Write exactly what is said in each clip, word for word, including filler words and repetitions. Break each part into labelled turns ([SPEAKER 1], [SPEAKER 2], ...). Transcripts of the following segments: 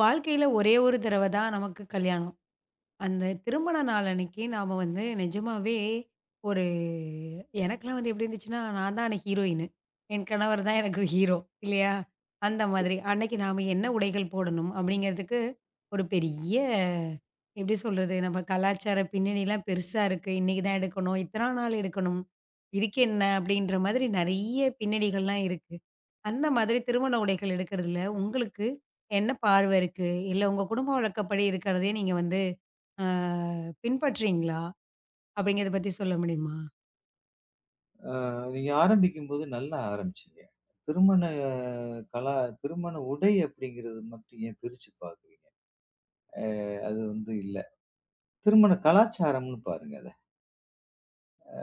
[SPEAKER 1] வாழ்க்கையில ஒரே ஒரு தடவ தான் நமக்கு கல்யாணம். அந்த திருமண நாள் அன்னைக்கு நாம வந்து நிஜமாவே ஒரு எனக்கெல்லாம் வந்து எப்படி இருந்துச்சுன்னா, நான் தான் அன்னைக்கு ஹீரோயினு. என் கணவர் தான் எனக்கு ஹீரோ இல்லையா? அந்த மாதிரி. அன்னைக்கு நாம என்ன உடைகள் போடணும் அப்படிங்கிறதுக்கு ஒரு பெரிய எப்படி சொல்றது? நம்ம கலாச்சார பின்னணிலாம் பெருசா இருக்கு. இன்னைக்கு தான் எடுக்கணும், இத்தனா நாள் எடுக்கணும், இதுக்கு என்ன அப்படின்ற மாதிரி நெறைய பின்னணிகள்லாம் இருக்கு. அந்த மாதிரி திருமண உடைகள் எடுக்கிறதுல உங்களுக்கு என்ன பார்வை இருக்கு? இல்ல உங்க குடும்ப வழக்கப்படி இருக்கிறதையே நீங்க வந்து அ பின்பற்றீங்களா? அப்படிங்கிறத பத்தி சொல்ல முடியுமா?
[SPEAKER 2] அ நீங்க ஆரம்பிக்கும்போது நல்லா ஆரம்பிச்சீங்க. திருமண அஹ், கலா திருமண உடை அப்படிங்கிறது மட்டும் ஏன் பிரிச்சு பார்க்குறீங்க? அ அது வந்து இல்ல. திருமண கலாச்சாரம்ன்னு பாருங்க அத.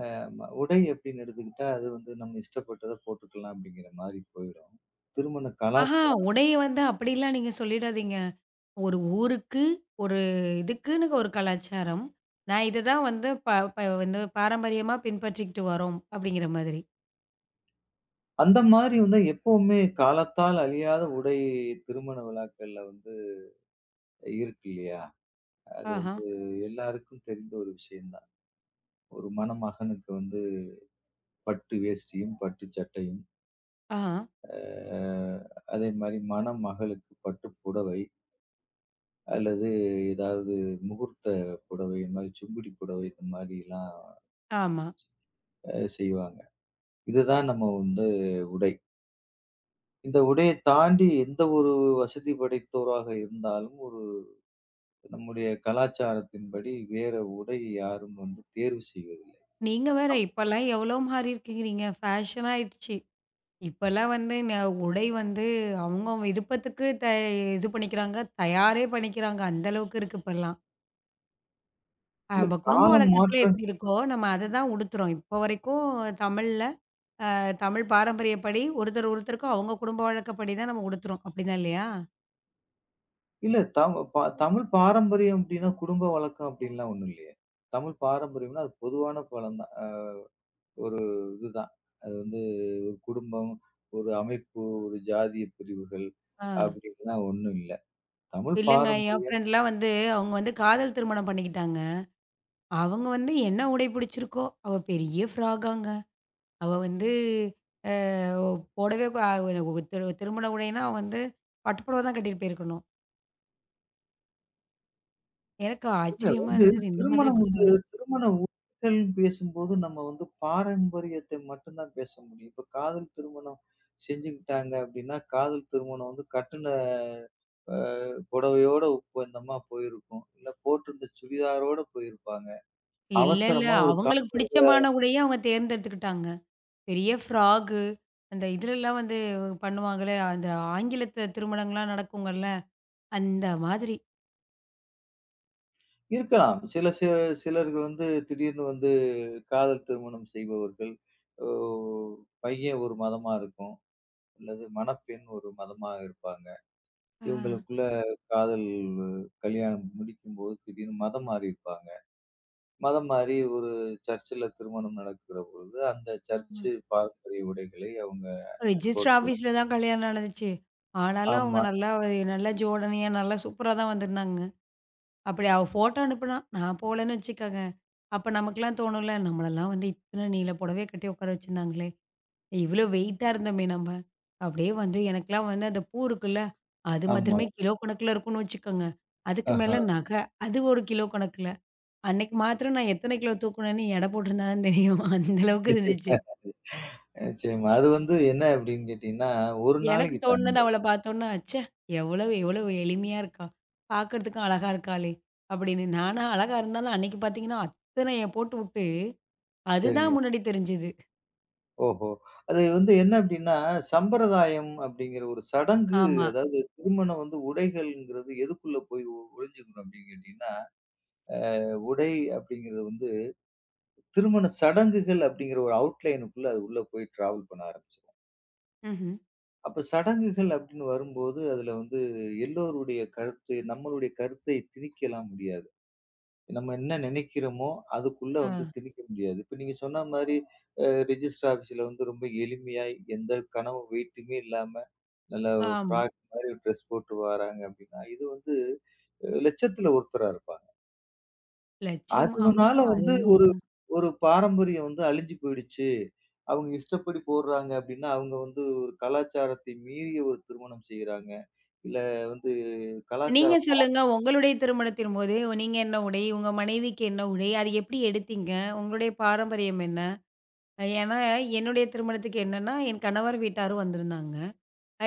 [SPEAKER 2] ஆமா. உடை அப்படின்னு எடுத்துக்கிட்டா, அது வந்து நம்ம இஷ்டப்பட்டத போட்டுக்கலாம் அப்படிங்கிற மாரி போயிடும். திருமண
[SPEAKER 1] ஆஹா!
[SPEAKER 2] கலாச்சாரம்.
[SPEAKER 1] உடைய வந்து அப்படிலாம் நீங்க சொல்லிடாதீங்க. ஒரு ஊருக்கு, ஒரு இதுக்குன்னு ஒரு கலாச்சாரம். நான் இதுதான் வந்து ப ப வந்து பாரம்பரியமா பின்பற்றிக்கிட்டு வரோம் அப்படிங்கிற மாதிரி.
[SPEAKER 2] அந்த மாரி வந்து எப்பவுமே காலத்தால் அழியாத உடை திருமண விழாக்கள்ல வந்து இருக்கு இல்லையா? அது
[SPEAKER 1] ஆஹா,
[SPEAKER 2] வந்து எல்லாருக்கும் தெரிந்த ஒரு விஷயம் தான். ஒரு மணமகனுக்கு வந்து பட்டு வேஷ்டியும், பட்டு சட்டையும்,
[SPEAKER 1] ஆஹா,
[SPEAKER 2] அ அதே மாரி மணமகளுக்கு பட்டு புடவை, அல்லது ஏதாவது முகூர்த்த புடவை, இந்த மாரி சுங்குடி புடவை இந்த மாரிலாம்
[SPEAKER 1] ஆமா.
[SPEAKER 2] அ செய்வாங்க. இதுதான் நம்ம வந்து உடை. இந்த உடைய தாண்டி எந்த ஒரு வசதி படைத்தோராக இருந்தாலும், ஒரு நம்முடைய கலாச்சாரத்தின்படி வேற உடை யாரும் வந்து தேர்வு செய்வதில்லை.
[SPEAKER 1] நீங்க வேற இப்பலாம் எவ்வளோ மாறியிருக்கிறீங்க. ஃபேஷன் ஆயிடுச்சு. இப்பலாம் வந்து ந உடை வந்து அவங்க விருப்பத்துக்கு த இது பண்ணிக்கிறாங்க. தயாரே பண்ணிக்கிறாங்க. அந்த அளவுக்கு இருக்கு இப்பலாம்.
[SPEAKER 2] இல்ல
[SPEAKER 1] நம்ம குடும்ப
[SPEAKER 2] காலம்
[SPEAKER 1] வழக்கத்துல
[SPEAKER 2] மாற்றம்.
[SPEAKER 1] எப்படி இருக்கோ, நம்ம அததான் உடுத்துறோம். இப்போ வரைக்கும் தமிழ்ல அ தமிழ் பாரம்பரியப்படி ஒருத்தர் ஒருத்தருக்கும் அவங்க குடும்ப வழக்கப்படி தான் நம்ம உடுத்துறோம். அப்படிதான் இல்லையா?
[SPEAKER 2] இல்ல தம் ப தமிழ் பாரம்பரியம் அப்டின்னா, குடும்ப வழக்கம் அப்டின்லாம் ஒண்ணும் இல்லையே. தமிழ் பாரம்பரியம்னா, அது பொதுவான பழம் தான். இதுதான். அது வந்து ஒரு குடும்பம், ஒரு அமைப்பு, ஒரு ஜாதிய பிரிவுகள்
[SPEAKER 1] ஆ.
[SPEAKER 2] அப்படின்லாம் ஒண்ணும் இல்ல. தமிழ்
[SPEAKER 1] இல்லங்க, என்
[SPEAKER 2] பாரம்பரியம்.
[SPEAKER 1] ஃப்ரெண்ட்லாம் வந்து அவங்க வந்து காதல் திருமணம் பண்ணிக்கிட்டாங்க. அவங்க வந்து என்ன உடை பிடிச்சிருக்கோ, அவ பெரிய ஃப்ராக்காங்க. அவ வந்து அ போடவே கூ ஒரு ஒரு திரு திருமண உடைனா அவ வந்து பட்டு புடவ தான் கட்டிட்டு போயிருக்கணும். எனக்கு
[SPEAKER 2] இல்ல
[SPEAKER 1] ஆச்சரியமா
[SPEAKER 2] வந்து
[SPEAKER 1] இருந்தது. இந்த மாதிரி
[SPEAKER 2] திருமணம்
[SPEAKER 1] கூட.
[SPEAKER 2] வந்து திருமண உறவுகள் பேசும்போது நம்ம வந்து பாரம்பரியத்தை மட்டும் தான் பேச முடியும். இப்ப காதல் திருமணம் செஞ்சுக்கிட்டாங்க அப்படின்னா, காதல் திருமணம் வந்து கட்டுன அ புடவையோட ஒப்பந்தமா போயிருக்கும். இல்ல போட்டிருந்த சுடிதாரோட போயிருப்பாங்க.
[SPEAKER 1] இல்ல, இல்ல,
[SPEAKER 2] அவசரமா ஒரு
[SPEAKER 1] அவங்களுக்கு பிடிச்சமான உடைய அவங்க தேர்ந்தெடுத்துக்கிட்டாங்க. பெரிய ஃப்ராகு அந்த இதுலலாம் வந்து பண்ணுவாங்கல்ல, அந்த ஆங்கிலத்து திருமணங்கள்லாம் நடக்குங்கல்ல, அந்த மாதிரி.
[SPEAKER 2] இருக்கலாம். சில சி சிலர்கள் வந்து திடீர்னு வந்து காதல் திருமணம் செய்பவர்கள். ஓ பையன் ஒரு மதமா இருக்கும். அல்லது மணப்பெண் ஒரு மதமா இருப்பாங்க.
[SPEAKER 1] ஆ,
[SPEAKER 2] இவங்களுக்குள்ள காதல் கல்யாணம் முடிக்கும்போது திடீர்னு மதம் மாறி இருப்பாங்க. மதம் மாறி ஒரு சர்ச்சில திருமணம் நடக்கிற பொழுது, அந்த
[SPEAKER 1] ஆமா.
[SPEAKER 2] சர்ச் பாரம்பரிய உடைகளை அவங்க
[SPEAKER 1] ரிஜிஸ்டர்
[SPEAKER 2] போட்டுக்குவாங்க.
[SPEAKER 1] ஆஃபீஸ்ல தான் கல்யாணம் நடந்துச்சு. ஆனாலும் அவங்க
[SPEAKER 2] ஆமா,
[SPEAKER 1] நல்லா நல்லா ஜோடனையா நல்லா சூப்பரா தான் வந்திருந்தாங்க. அப்படி அவ ஃபோட்டோ அனுப்புனா, நான் போகலன்னு வச்சுக்கங்க. அப்ப நமக்கெல்லாம் தோணும்ல, நம்மளெல்லாம் வந்து இத்தன நீள புடவைய கட்டி உட்கார வச்சிருந்தாங்களே! இவ்வளோ வெயிட்டா இருந்தோமே நம்ம. அப்படியே வந்து எனக்கெல்லாம் வந்து அந்த பூ இருக்குல்ல, அது
[SPEAKER 2] ஆமா.
[SPEAKER 1] மாத்திரமே கிலோ கணக்குல இருக்கும்னு வச்சுக்கோங்க. அதுக்கு
[SPEAKER 2] ஆஹா.
[SPEAKER 1] மேல நகை, அது ஒரு கிலோ கணக்குல. அன்னைக்கு மாத்திரம் நான் எத்தன கிலோ தூக்குனேன்னு எடை போட்டிருந்தா தான் தெரியும். அந்த அளவுக்கு இருந்துச்சு.
[SPEAKER 2] நிச்சயமா. நிச்சயமா. அது வந்து என்ன அப்படின்னு கேட்டீங்கன்னா, ஒரு
[SPEAKER 1] எனக்கு
[SPEAKER 2] நாளைக்கு தாங்க
[SPEAKER 1] தோணுனது அவள
[SPEAKER 2] அது.
[SPEAKER 1] பார்த்தோன்னே, "அச்சே! எவ்வளவு எவ்வளவு எளிமையா இருக்கா! பார்க்கறதுக்கும் அழகா இருக்காளே!" அப்படின்னு. நானா அழகா இருந்தாலும் அன்னைக்கு பார்த்தீங்கன்னா, அத்தனைய போட்டுவுட்டு அதுதான்
[SPEAKER 2] சரிங்களா?
[SPEAKER 1] முன்னாடி தெரிஞ்சது.
[SPEAKER 2] ஓஹோ! அது வந்து என்ன அப்டின்னா, சம்பிரதாயம் அப்டிங்கிற ஒரு சடங்கு,
[SPEAKER 1] ஆமா.
[SPEAKER 2] அதாவது திருமணம் வந்து உடைகள்ங்கிறது எதுக்குள்ள போய் ஒ ஒழிஞ்சுக்கணும் அப்டின்னு கேட்டீங்கன்னா, உடை அப்டிங்கிறது வந்து திருமண சடங்குகள் அப்டிங்கிற ஒரு அவுட்லைனுக்குள்ள அது உள்ள போய் டிராவல் பண்ண ஆரம்பிச்சுரும்.
[SPEAKER 1] ம்ஹ்ம்.
[SPEAKER 2] அப்ப சடங்குகள் அப்டின்னு வரும்போது, அதுல வந்து எல்லோருடைய கருத்து, நம்மளுடைய கருத்தை திணிக்கலாம் முடியாது. நம்ம என்ன நெனைக்கிறோமோ, அதுக்குள்ள
[SPEAKER 1] ஆ,
[SPEAKER 2] வந்து திணிக்க முடியாது. இப்ப நீங்க சொன்ன மாரி அ ரிஜிஸ்டர் ஆஃபீஸ்ல வந்து ரொம்ப எளிமையாய் எந்த கனவு வெயிட்டுமே இல்லாம நல்ல
[SPEAKER 1] ஆமா.
[SPEAKER 2] ஃப்ராக் மாரி ட்ரெஸ் போட்டு வாராங்க அப்டின்னா, இது வந்து அ லட்சத்துல ஒருத்தரா இருப்பாங்க.
[SPEAKER 1] லட்சம், ஆமா,
[SPEAKER 2] அதுனால
[SPEAKER 1] அது
[SPEAKER 2] வந்து
[SPEAKER 1] என்னமோ
[SPEAKER 2] ஒரு
[SPEAKER 1] உண்மதான்.
[SPEAKER 2] ஒரு பாரம்பரியம் வந்து அழிஞ்சு போயிடுச்சு. அவங்க இஷ்டப்படி போடுறாங்க அப்டின்னா, அவங்க வந்து ஒரு கலாச்சாரத்தை மீறிய ஒரு திருமணம் செய்றாங்க. இல்ல வந்து
[SPEAKER 1] நீங்க
[SPEAKER 2] கலாச்சாரம்.
[SPEAKER 1] சொல்லுங்க, உங்களுடைய திருமணத்தின் போது நீங்க என்ன உடை? உங்க மனைவிக்கு என்ன உடை? அது எப்படி எடுத்தீங்க? உங்களுடைய பாரம்பரியம் என்ன? ஏன்னா என்னுடைய திருமணத்துக்கு என்னன்னா, என் கணவர் வீட்டாரும் வந்திருந்தாங்க.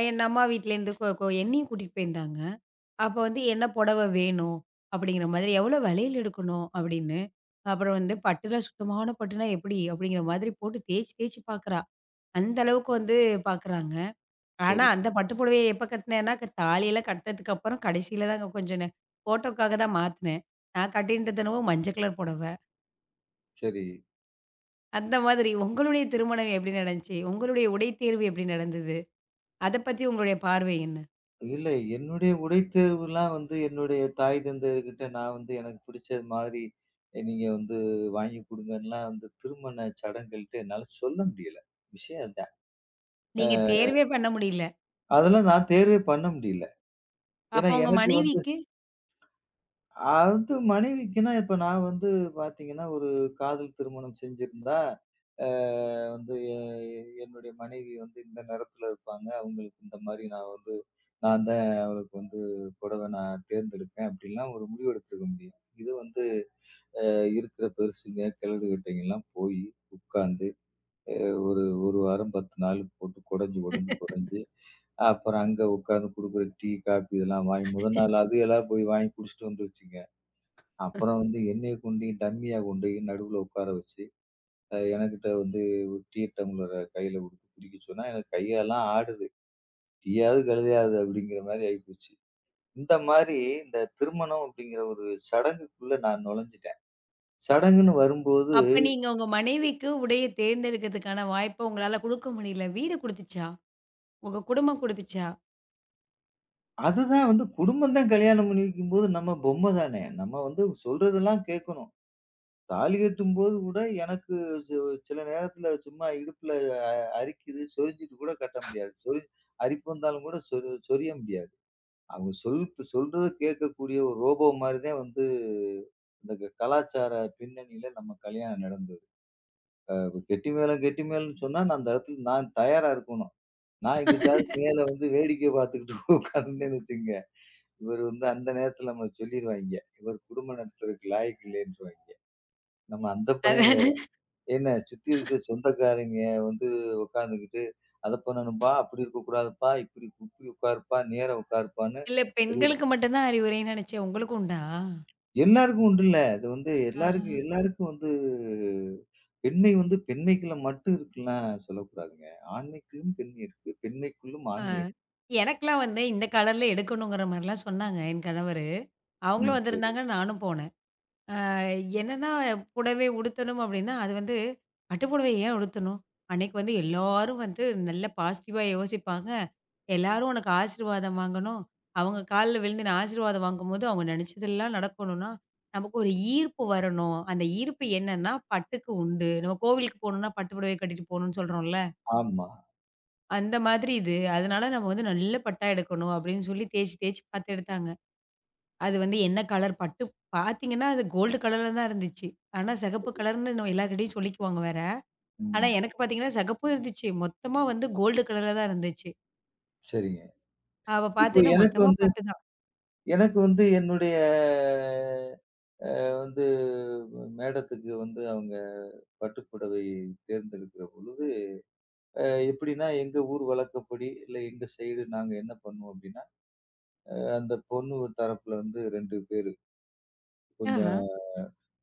[SPEAKER 1] என் அம்மா வீட்லேருந்து கொ கொ என்னையும் கூட்டிட்டு போயிருந்தாங்க. அப்போ வந்து என்ன புடவ வேணும்? அப்படிங்கிற மாதிரி எவ்வளோ விலையில எடுக்கணும்? அப்படின்னு. அப்புறம் வந்து பட்டுல சுத்தமான பட்டுனா எப்படி? அப்படிங்கிற மாதிரி போட்டு தேய்ச்சு தேய்ச்சு பார்க்குறா. அந்த அளவுக்கு வந்து பார்க்குறாங்க. ஆனா,
[SPEAKER 2] சரி,
[SPEAKER 1] அந்த பட்டு புடவைய எப்ப கட்டினேன்னா, க தாலியெல்லாம் கட்டினதுக்கு அப்புறம் கடைசியில தாங்க கொஞ்சம் நே ஃபோட்டோக்காக தான் மாத்துனேன். நான் கட்டியிருந்தது என்னவோ மஞ்ச கலர் புடவை.
[SPEAKER 2] சரி.
[SPEAKER 1] அந்த மாதிரி உங்களுடைய திருமணம் எப்படி நடந்துச்சு? உங்களுடைய உடை தேர்வு எப்படி நடந்தது? அத பத்தி உங்களுடைய பார்வை என்ன?
[SPEAKER 2] இல்ல என்னுடைய உடை தேர்வுலாம் வந்து என்னுடைய தாய் தந்தையர்கிட்ட நான் வந்து எனக்கு பிடிச்சது மாதிரி அஹ், நீங்க வந்து வாங்கி குடுங்கன்லாம் வந்து திருமண சடங்கள்ட்ட என்னால சொல்ல முடியல. விஷயம் அதான்.
[SPEAKER 1] நீங்க தேர்வே பண்ண முடியல.
[SPEAKER 2] அதெல்லாம் நான் தேர்வே பண்ண முடியல. ஏன்னா
[SPEAKER 1] அப்ப உங்க
[SPEAKER 2] எனக்கு வந்து
[SPEAKER 1] மனைவிக்கு
[SPEAKER 2] அது மனைவிக்குன்னா இப்ப நான் வந்து பார்த்தீங்கன்னா, ஒரு காதல் திருமணம் செஞ்சிருந்தா, அ வந்து எ என்னுடைய மனைவி வந்து இந்த நிறத்துல இருப்பாங்க. அவங்களுக்கு இந்த மாரி நான் வந்து நான் தான் அவளுக்கு வந்து புடவை நான் தேர்ந்தெடுப்பேன் அப்படிலாம் ஒரு முடிவு எடுத்திருக்க முடியும். இது வந்து இருக்கிற பெருசுங்க, கிழடு கிட்டங்கலாம் போய் உட்கார்ந்து, அ ஒரு 1 வாரம் பத்து நாள் போட்டு குடஞ்சு, குடஞ்சு, குடஞ்சு அப்புறம் அங்க உட்கார்ந்து குடுக்குற டீ, காபி இதெல்லாம் வாங்கி முதல் நாள் அது எல்லாம் போய் வாங்கி குடிச்சிட்டு வந்துருச்சுங்க. அப்புறம் வந்து என்னைய கொண்டு டம்மியா கொண்டு போய் நடுவுல உட்கார வச்சு, அ எனக்கிட்ட வந்து ஒரு டீ டம்ளர கையில குடுத்து குடிக்க சொன்னா, எனக்கு கையெல்லாம் ஆடுது. "டீயாவது கழுதையாது" அப்படிங்கிற மாரி ஆயிப்போச்சு. இந்த மாரி இந்த திருமணம் அப்படிங்கிற ஒரு சடங்குக்குள்ள நான் நுழைஞ்சுட்டேன். சடங்குன்னு வரும்போது,
[SPEAKER 1] அப்ப நீங்க உங்க மனைவிக்கு உடைய தேர்ந்தெடுக்கிறதுக்கான வாய்ப்ப உங்களால குடுக்க முடியல. வீடு குடுத்துச்சா? உங்க குடும்பம் குடுத்துச்சா?
[SPEAKER 2] அதுதான் வந்து குடும்பம் தான் கல்யாணம் பண்ணி வைக்கும்போது நம்ம பொம்மை தானே! நம்ம வந்து சொல்றதெல்லாம் கேட்கணும். தாலி கட்டும்போது கூட எனக்கு சி சில நேரத்துல சும்மா இடுப்புல அ அரிக்குது, சொரிஞ்சிட்டு கூட கட்ட முடியாது. சொறி அரிப்பு வந்தாலும் கூட சொறி சொரிய முடியாது. அவங்க சொல் சொல்றத கேட்கக்கூடிய ஒரு ரோபோ மாரி தான் வந்து இந்த க கலாச்சார பின்னணியில நம்ம கல்யாணம் நடந்தது. அ கெட்டி மேளம், கெட்டி மேளம்ன்னு சொன்னா நான் அந்த இடத்துல நான் தயாரா இருக்கணும். நான் எங்கிட்டாவது மேல வந்து வேடிக்கை பார்த்துக்கிட்டு உட்கார்ந்தேன்னு வச்சுக்கங்க, இவர் வந்து அந்த நேரத்துல நம்மள சொல்லிருவாய்ங்க. இவர் குடும்ப நடத்துறதுக்கு லாயக்கு இல்லைன்றுவாய்ங்க. நம்ம அந்த பயம் வேற.
[SPEAKER 1] அதான.
[SPEAKER 2] என்ன சுத்தி இருக்க சொந்தக்காரங்க வந்து உட்காந்துக்கிட்டு, "அத பண்ணணும்பா, அப்படி இருக்கக்கூடாதுப்பா, இப்படி இப்படி உட்காருப்பா, நேரா உட்காருப்பான்னு".
[SPEAKER 1] இல்ல,
[SPEAKER 2] அது
[SPEAKER 1] பெண்களுக்கு மட்டும் தான் அறிவுரைன்னு நினைச்சேன். உங்களுக்கு உண்டா?
[SPEAKER 2] எல்லாருக்கும் உண்டு இல்ல. அது வந்து
[SPEAKER 1] ஆஹ.
[SPEAKER 2] எல்லாருக்கும் எல்லாருக்கும் வந்து பெண்மை வந்து பெண்மைக்குள்ள மட்டும் இருக்குன்லாம் சொல்லக்கூடாதுங்க. ஆண்மைக்குள்ளும் பெண்மை இருக்கு. பெண்மைக்குள்ளும்
[SPEAKER 1] ஆ.
[SPEAKER 2] ஆண்மை இருக்கு.
[SPEAKER 1] எனக்கெல்லாம் வந்து இந்த கலர்ல எடுக்கணுங்கிற மாரிலாம் சொன்னாங்க என் கணவரு. அவங்களும்
[SPEAKER 2] ம். சரி.
[SPEAKER 1] வந்திருந்தாங்க, நானும் போனேன். அ என்னன்னா புடவை உடுத்தணும் அப்டின்னா, அது வந்து பட்டு புடவை ஏன் உடுத்தணும்? அன்னைக்கு வந்து எல்லாரும் வந்து நல்ல பாசிட்டிவா யோசிப்பாங்க. எல்லாரும் உனக்கு ஆசீர்வாதம் வாங்கணும். அவங்க கால்ல விழுந்து நான் ஆசீர்வாதம் வாங்கும்போது, அவங்க நெனச்சதெல்லாம் நடக்கணும்னா, நமக்கு ஒரு ஈர்ப்பு வரணும். அந்த ஈர்ப்பு என்னன்னா, பட்டுக்கு உண்டு. நம்ம கோவிலுக்கு போணும்னா பட்டு புடவை கட்டிட்டு போணும்னு சொல்றோம்ல.
[SPEAKER 2] ஆமா.
[SPEAKER 1] அந்த மாதிரி இது. அதனால நம்ம வந்து நல்ல பட்டா எடுக்கணும் அப்படின்னு சொல்லி தேய்ச்சு தேய்ச்சு பார்த்து எடுத்தாங்க. அது வந்து என்ன கலர் பட்டு பார்த்தீங்கன்னா, அது கோல்டு கலர்ல தான் இருந்துச்சு. ஆனா சிகப்பு
[SPEAKER 2] சரி.
[SPEAKER 1] கலர்ன்னு நம்ம எல்லார்கிட்டயும் சொல்லிக்குவாங்க வேற. ஆனா
[SPEAKER 2] ம்.
[SPEAKER 1] எனக்கு பார்த்தீங்கன்னா, சிகப்பும் இருந்துச்சு. மொத்தமா வந்து கோல்டு கலர்ல தான் இருந்துச்சு.
[SPEAKER 2] சரிங்க.
[SPEAKER 1] அப்ப
[SPEAKER 2] இப்போ
[SPEAKER 1] பார்த்தீங்கன்னா,
[SPEAKER 2] எனக்கு
[SPEAKER 1] மொத்தமா
[SPEAKER 2] வந்து
[SPEAKER 1] பட்டு தான்.
[SPEAKER 2] எனக்கு வந்து என்னுடைய வந்து மேடத்துக்கு வந்து அவங்க பட்டுப்புடவை தேர்ந்தெடுக்கிற பொழுது அ எப்படின்னா, எங்க ஊர் வழக்கப்படி, இல்ல எங்க சைடு நாங்க என்ன பண்ணுவோம் அப்படின்னா, அஹ் அந்த பொண்ணு தரப்புல வந்து ரெண்டு பேரு
[SPEAKER 1] ஆஹா.
[SPEAKER 2] கொஞ்சம்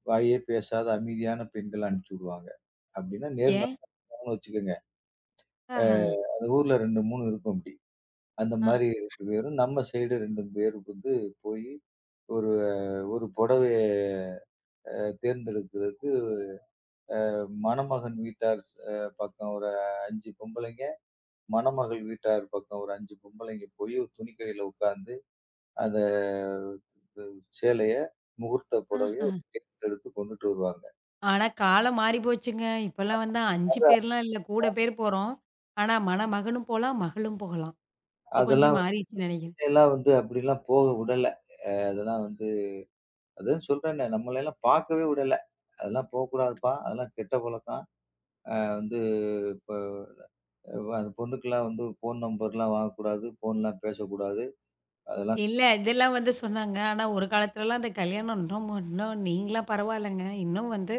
[SPEAKER 2] வாயே பேசாத அமைதியான பெண்கள அனுப்பிச்சு விடுவாங்க. அப்படின்னா
[SPEAKER 1] ஏன்?
[SPEAKER 2] நேர்மறையானவங்கன்னு வச்சுக்கோங்க. அ
[SPEAKER 1] ஆஹா.
[SPEAKER 2] அந்த ஊர்ல ரெண்டு, மூணு இருக்கும் அப்படி. அந்த
[SPEAKER 1] ஆ.
[SPEAKER 2] மாரி ரெண்டு பேரும், நம்ம சைடு ரெண்டு பேரும் வந்து போய் ஒரு ஒரு புடவைய அ தேர்ந்தெடுக்கிறதுக்கு மணமகன் வீட்டார் ஸ் அ பக்கம் ஒரு அஞ்சு பொம்பளைங்க, மணமகள் வீட்டார் பக்கம் ஒரு அஞ்சு பொம்பளைங்க போய் ஒரு துணிக்கடையில உட்கார்ந்து, அத சேலைய, முகூர்த்த புடவைய
[SPEAKER 1] ஆஹா.
[SPEAKER 2] தேர்ந்தெடுத்து கொண்டுட்டு வருவாங்க.
[SPEAKER 1] ஆனா காலம் மாறி போச்சுங்க. இப்பலாம் வந்து ஐந்து
[SPEAKER 2] அதான்.
[SPEAKER 1] பேர்லாம் இல்ல. கூட பேர் போறோம். ஆனா மணமகனும் போலாம், மகளும் போகலாம். இப்ப
[SPEAKER 2] அதெல்லாம்
[SPEAKER 1] கொஞ்சம்
[SPEAKER 2] வந்து
[SPEAKER 1] மாறிடுச்சுன்னு நெனைக்கிறேன்.
[SPEAKER 2] முன்னையெல்லாம் வந்து அப்படிலாம் போக விடல. அதெல்லாம் வந்து அதான் சொல்றேனே, நம்மளையெல்லாம் பார்க்கவே விடல. அதெல்லாம் போக்கூடாதுப்பா. அதெல்லாம் கெட்ட பழக்கம். அ வந்து இப்ப வ அந்த பொண்ணுக்கெல்லாம் வந்து ஃபோன் நம்பர்லாம் வாங்கக்கூடாது. ஃபோன்லாம் பேசக்கூடாது. அதெல்லாம்.
[SPEAKER 1] இல்ல. இதெல்லாம் வந்து சொன்னாங்க. ஆனா, ஒரு காலத்துலலாம் அந்த கல்யாணம் இன்னும் இன்னும் நீங்கலாம் பரவாயில்லங்க. இன்னும் வந்து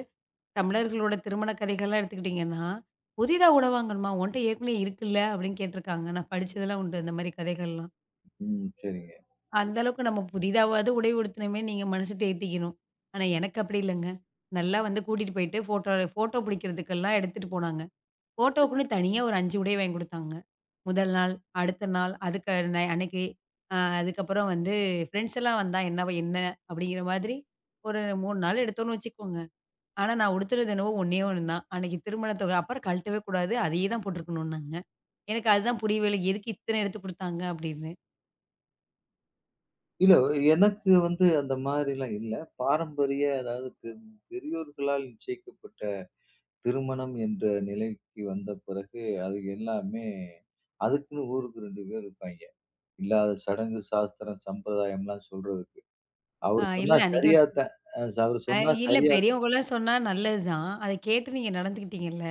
[SPEAKER 1] தமிழர்களோட திருமண கதைகள்லாம் எடுத்துக்கிட்டீங்கன்னா, புதிதா கூட வாங்கணுமா? உன்ட்ட ஏற்கனவே இருக்குல்ல அப்படின்னு கேட்டுருக்காங்க. நான் படிச்சதெல்லாம் உண்டு இந்த மாரி கதைகள்லாம்.
[SPEAKER 2] ம். சரிங்க.
[SPEAKER 1] அந்த அளவுக்கு நம்ம புதிதாவது உடை உடுத்தினமே நீங்க மனசு தேத்திக்கணும். ஆனா, எனக்கு அப்படி இல்லங்க. நல்லா வந்து கூட்டிட்டு போயிட்டு ஃபோட்டோ ஃபோட்டோ பிடிக்கிறதுக்கெல்லாம் எடுத்துட்டு போனாங்க. ஃபோட்டோக்குன்னு தனியா ஒரு ஐந்து உடை வாங்கி குடுத்தாங்க. முதல் நாள், அடுத்த நாள், அதுக்கு நை அன்னைக்கு அ அதுக்கப்புறம் வந்து ஃப்ரெண்ட்ஸ் எல்லாம் வந்தா என்னவ என்ன அப்படிங்கிற மாதிரி ஒரு மூன்று நாள் எடுத்தோம்னு வச்சுக்கோங்க. ஆனா நான் உடுத்துனது என்னவோ ஒண்ணே ஒண்ணு தான். அன்னைக்கு திருமணத்துக்கு அப்புறம் கழட்டவே கூடாது. அதையே தான் போட்டுருக்கணும்னாங்க. எனக்கு அதுதான் புரியவே இல்ல. எதுக்கு இத்தன எடுத்து குடுத்தாங்க அப்படின்னு.
[SPEAKER 2] இல்ல எனக்கு வந்து அந்த மாதிரிலாம் இல்ல. பாரம்பரிய அதாவது பெ பெரியோர்களால் நிச்சயிக்கப்பட்ட திருமணம் என்ற நிலைக்கு வந்த பிறகு அது எல்லாமே அதுக்குன்னு ஊருக்கு ரெண்டு பேர் இருப்பாய்ங்க. இல்லாத சடங்கு, சாஸ்திரம், சம்பிரதாயம்லாம் சொல்றதுக்கு.
[SPEAKER 1] அ
[SPEAKER 2] அவரு சொன்னா
[SPEAKER 1] இல்ல அன்னைக்கு
[SPEAKER 2] சரியாத்தான். அ அவரு
[SPEAKER 1] அ
[SPEAKER 2] சொன்னா
[SPEAKER 1] இல்ல,
[SPEAKER 2] சரியா
[SPEAKER 1] பெரியவங்கலாம் சொன்னா நல்லது தான். அத கேட்டு நீங்க நடந்துக்கிட்டீங்கல்ல.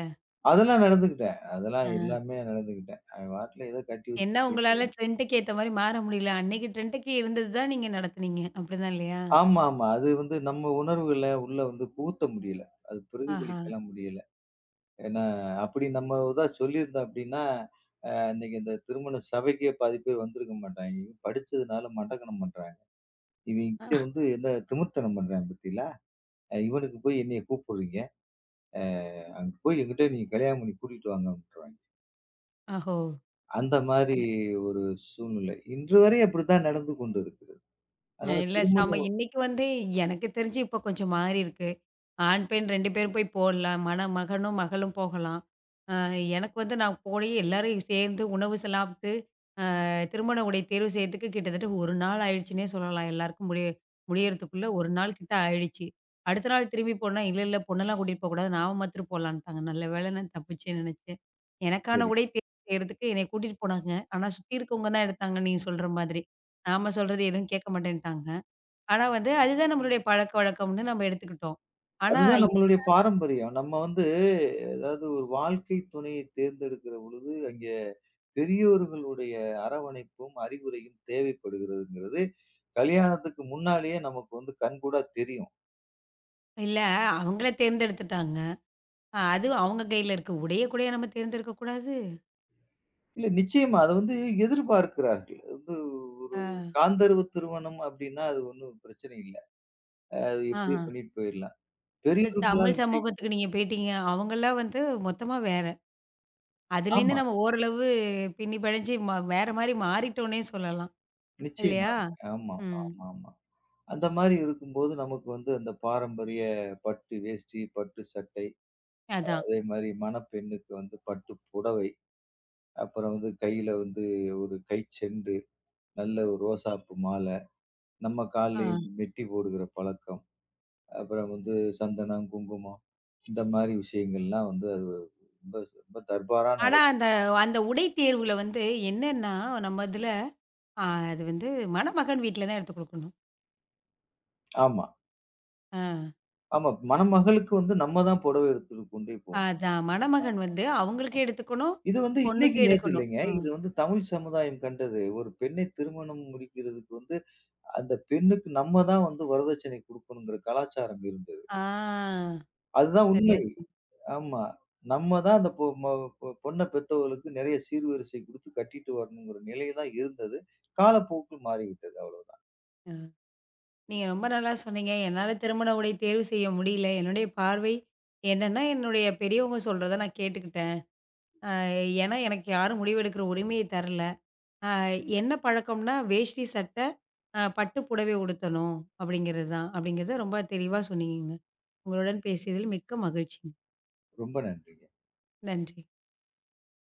[SPEAKER 2] அதெல்லாம் நடந்துக்கிட்டேன். அதெல்லாம்
[SPEAKER 1] அ.
[SPEAKER 2] எல்லாமே நடந்துக்கிட்டேன். அவன் பாட்டுல ஏதோ கட்டி
[SPEAKER 1] என்ன
[SPEAKER 2] வச்சுட்டு
[SPEAKER 1] உங்களால
[SPEAKER 2] போயிட்டாய்ங்க.
[SPEAKER 1] ட்ரெண்டுக்கு ஏத்த மாரி மாற முடியல. அன்னைக்கு ட்ரெண்டுக்கு இருந்தது தான் நீங்க நடத்துனீங்க. அப்படிதான் இல்லையா?
[SPEAKER 2] ஆமா, ஆமா. அது வந்து நம்ம உணர்வுகள உள்ள வந்து புகுத்த முடியல. அது
[SPEAKER 1] ஆஹா!
[SPEAKER 2] பிரதிபலிக்கலாம் முடியல. ஏன்னா, அப்படி நம்ம ஏதா சொல்லியிருந்தோம் அப்படின்னா, அ இன்னைக்கு இந்த திருமண சபைக்கே பாதி பேர் வந்திருக்க மாட்டாய்ங்க. படிச்சதுனால மண்டக்கனம் பண்றாங்க. இவங்க வந்து என்ன திமிர்த்தனம் பண்றாங்க பாத்தீங்களா? இவனுக்கு போய் என்னைய கூப்பிடுறீங்க. அ அங்க போய் என்கிட்ட நீங்க கல்யாணம் பண்ணி கூட்டிட்டு வாங்க அப்படின்றாங்க.
[SPEAKER 1] ஓஹோ!
[SPEAKER 2] அந்த மாரி ஒரு சூழ்நிலை. இன்று வரை அப்படித்தான் நடந்து கொண்டு இருக்கிறது. அதனால
[SPEAKER 1] இல்ல, செம
[SPEAKER 2] திருமணம்.
[SPEAKER 1] இன்னைக்கு வந்து எனக்கு தெரிஞ்சு இப்ப கொஞ்சம் மாறியிருக்கு. ஆண், பெண் ரெண்டு பேரும் போய் போடலாம். மன மகனும், மகளும் போகலாம். அ எனக்கு வந்து நான் போய் எல்லாரும் சேர்ந்து உணவு சாலாப் திருமண உடை தேர்வு செய்யறதுக்கு கிட்டத்தட்ட ஒரு நாள் ஆயிடுச்சுன்னே சொல்லலாம். எல்லாருக்கும் முடிய முடியறதுக்குள்ள ஒரு நாள் கிட்ட ஆயிடுச்சு. அடுத்த நாள் திரும்பி போனா, "இல்ல, இல்ல பொண்ணெல்லாம் கூட்டிட்டு போகக்கூடாது. நாம மாத்திரம் போலான்ட்டாங்க." நல்ல வேளை நான் தப்பிச்சேன்னு நெனச்சேன். எனக்கான
[SPEAKER 2] சரி.
[SPEAKER 1] உடை தேர்வு செய்யறதுக்கு என்னைய கூட்டிட்டு போனாங்க. ஆனா சுத்தி இருக்கவங்க தான் எடுத்தாங்க நீங்க சொல்ற மாதிரி. நாம சொல்றது எதுவும் கேட்க மாட்டேன்ட்டாங்க. ஆனா வந்து அதுதான் நம்மளுடைய பழக்கவழக்கம்ன்னு நம்ம எடுத்துக்கிட்டோம். ஆனா
[SPEAKER 2] அதுதான் நம்மளுடைய பாரம்பரியம். நம்ம வந்து அதாவது ஒரு வாழ்க்கை துணையை தேர்ந்தெடுக்கிற பொழுது, அங்கே பெரியோர்களுடைய அரவணைப்பும், அறிவுரையும் தேவைப்படுகிறதுங்கிறது, கல்யாணத்துக்கு முன்னாலேயே நமக்கு வந்து கண்கூடா தெரியும்.
[SPEAKER 1] இல்ல, அவங்களே தேர்ந்தெடுத்துட்டாங்க. அஹ் அது அவங்க கையில இருக்கு. உடைய கூடயா நம்ம தேர்ந்தெடுக்கக்கூடாது?
[SPEAKER 2] இல்ல நிச்சயமா. அத வந்து எதிர்பார்க்கிறார்கள். அது வந்து ஒரு
[SPEAKER 1] ஆ.
[SPEAKER 2] காந்தர்வ திருமணம் அப்டின்னா, அது ஒண்ணும் பிரச்சனை இல்ல. அது எப்டியோ
[SPEAKER 1] ஆஹ.
[SPEAKER 2] பண்ணிட்டு போயிரலாம். பெரியவர்களால்
[SPEAKER 1] தமிழ் சமூகத்துக்கு
[SPEAKER 2] நிச்சயிக்கப்ப
[SPEAKER 1] நீங்க போயிட்டீங்க. அவங்கலாம் வந்து மொத்தமா வேற. அதுலேருந்து
[SPEAKER 2] ஆமா.
[SPEAKER 1] நம்ம ஓரளவு பின்னி பெணஞ்சு ம வேற மாரி மாறிட்டோன்னே சொல்லலாம். இல்லையா?
[SPEAKER 2] நிச்சயமாங்க. ஆமா,
[SPEAKER 1] ம்.
[SPEAKER 2] ஆமா, ஆமா. அந்த மாரி இருக்கும்போது நமக்கு வந்து அந்த பாரம்பரிய பட்டு வேஷ்டி, பட்டு சட்டை,
[SPEAKER 1] அதான்.
[SPEAKER 2] அதே மாரி மணப்பெண்ணுக்கு வந்து பட்டு புடவை, அப்புறம் வந்து கையில வந்து ஒரு கைச்செண்டு, நல்ல ஒரு ரோசாப்பூ மால, நம்ம
[SPEAKER 1] ஆ.
[SPEAKER 2] கால்லயும் மெட்டி போடுகிற பழக்கம். அப்புறம் வந்து சந்தனம், குங்குமம் இந்த மாரி விஷயங்கள்லாம் வந்து அது ரொம்ப ரொம்ப தர்பாரா
[SPEAKER 1] ஆனா
[SPEAKER 2] நடக்கும்.
[SPEAKER 1] அந்த அந்த உடை தேர்வுல வந்து என்னன்னா, நம்ம இதுல அ அது வந்து மணமகன் வீட்ல தான் எடுத்து குடுக்கணும்.
[SPEAKER 2] ஆமா,
[SPEAKER 1] ஆ.
[SPEAKER 2] ஆமா. மணமகளுக்கு வந்து நம்ம தான் புடவை எடுத்துட்டு கொண்டே போகணும்.
[SPEAKER 1] அதான் மணமகன் வந்து அவங்களுக்கு எடுத்துக்கணும்,
[SPEAKER 2] இது வந்து
[SPEAKER 1] பொண்ணுக்கு
[SPEAKER 2] இன்னைக்கு நேத்து
[SPEAKER 1] எடுக்கணும்.
[SPEAKER 2] இல்லைங்க.
[SPEAKER 1] ஆ.
[SPEAKER 2] இது வந்து தமிழ் சமுதாயம் கண்டது. ஒரு பெண்ணை திருமணம் முடிக்கிறதுக்கு வந்து அந்த பெண்ணுக்கு நம்ம தான் வந்து வரதட்சணை குடுக்கணுங்கிற கலாச்சாரம் இருந்தது.
[SPEAKER 1] ஆ.
[SPEAKER 2] அதுதான்
[SPEAKER 1] சரியா
[SPEAKER 2] உண்மை.
[SPEAKER 1] சொன்னீங்க.
[SPEAKER 2] ஆமா. நம்ம தான் அந்த பொ ம பொ பொண்ண பெத்தவங்களுக்கு நெறைய சீர்வரிசை குடுத்து கட்டிட்டு வரணுங்கிற நிலை தான் இருந்தது. காலப்போக்கில் மாறிவிட்டது அவ்வளவுதான்.
[SPEAKER 1] நீங்க ரொம்ப நல்லா சொன்னீங்க. என்னால திருமண உடை தேர்வு செய்ய முடியல. என்னுடைய பார்வை என்னன்னா, என்னுடைய பெரியவங்க சொல்றத நான் கேட்டுக்கிட்டேன். ஏன்னா, எனக்கு யாரும் முடிவெடுக்கிற உரிமைய தரல. அ என்ன பழக்கம்னா, வேஷ்டி சட்டை, அ பட்டு புடவை உடுத்தணும் அப்படிங்கிறது தான். அப்படிங்கிறத ரொம்ப தெளிவா சொன்னீங்கங்க. உங்களுடன் பேசியதில் மிக்க மகிழ்ச்சி.
[SPEAKER 2] ரொம்ப நன்றிங்க.
[SPEAKER 1] நன்றி.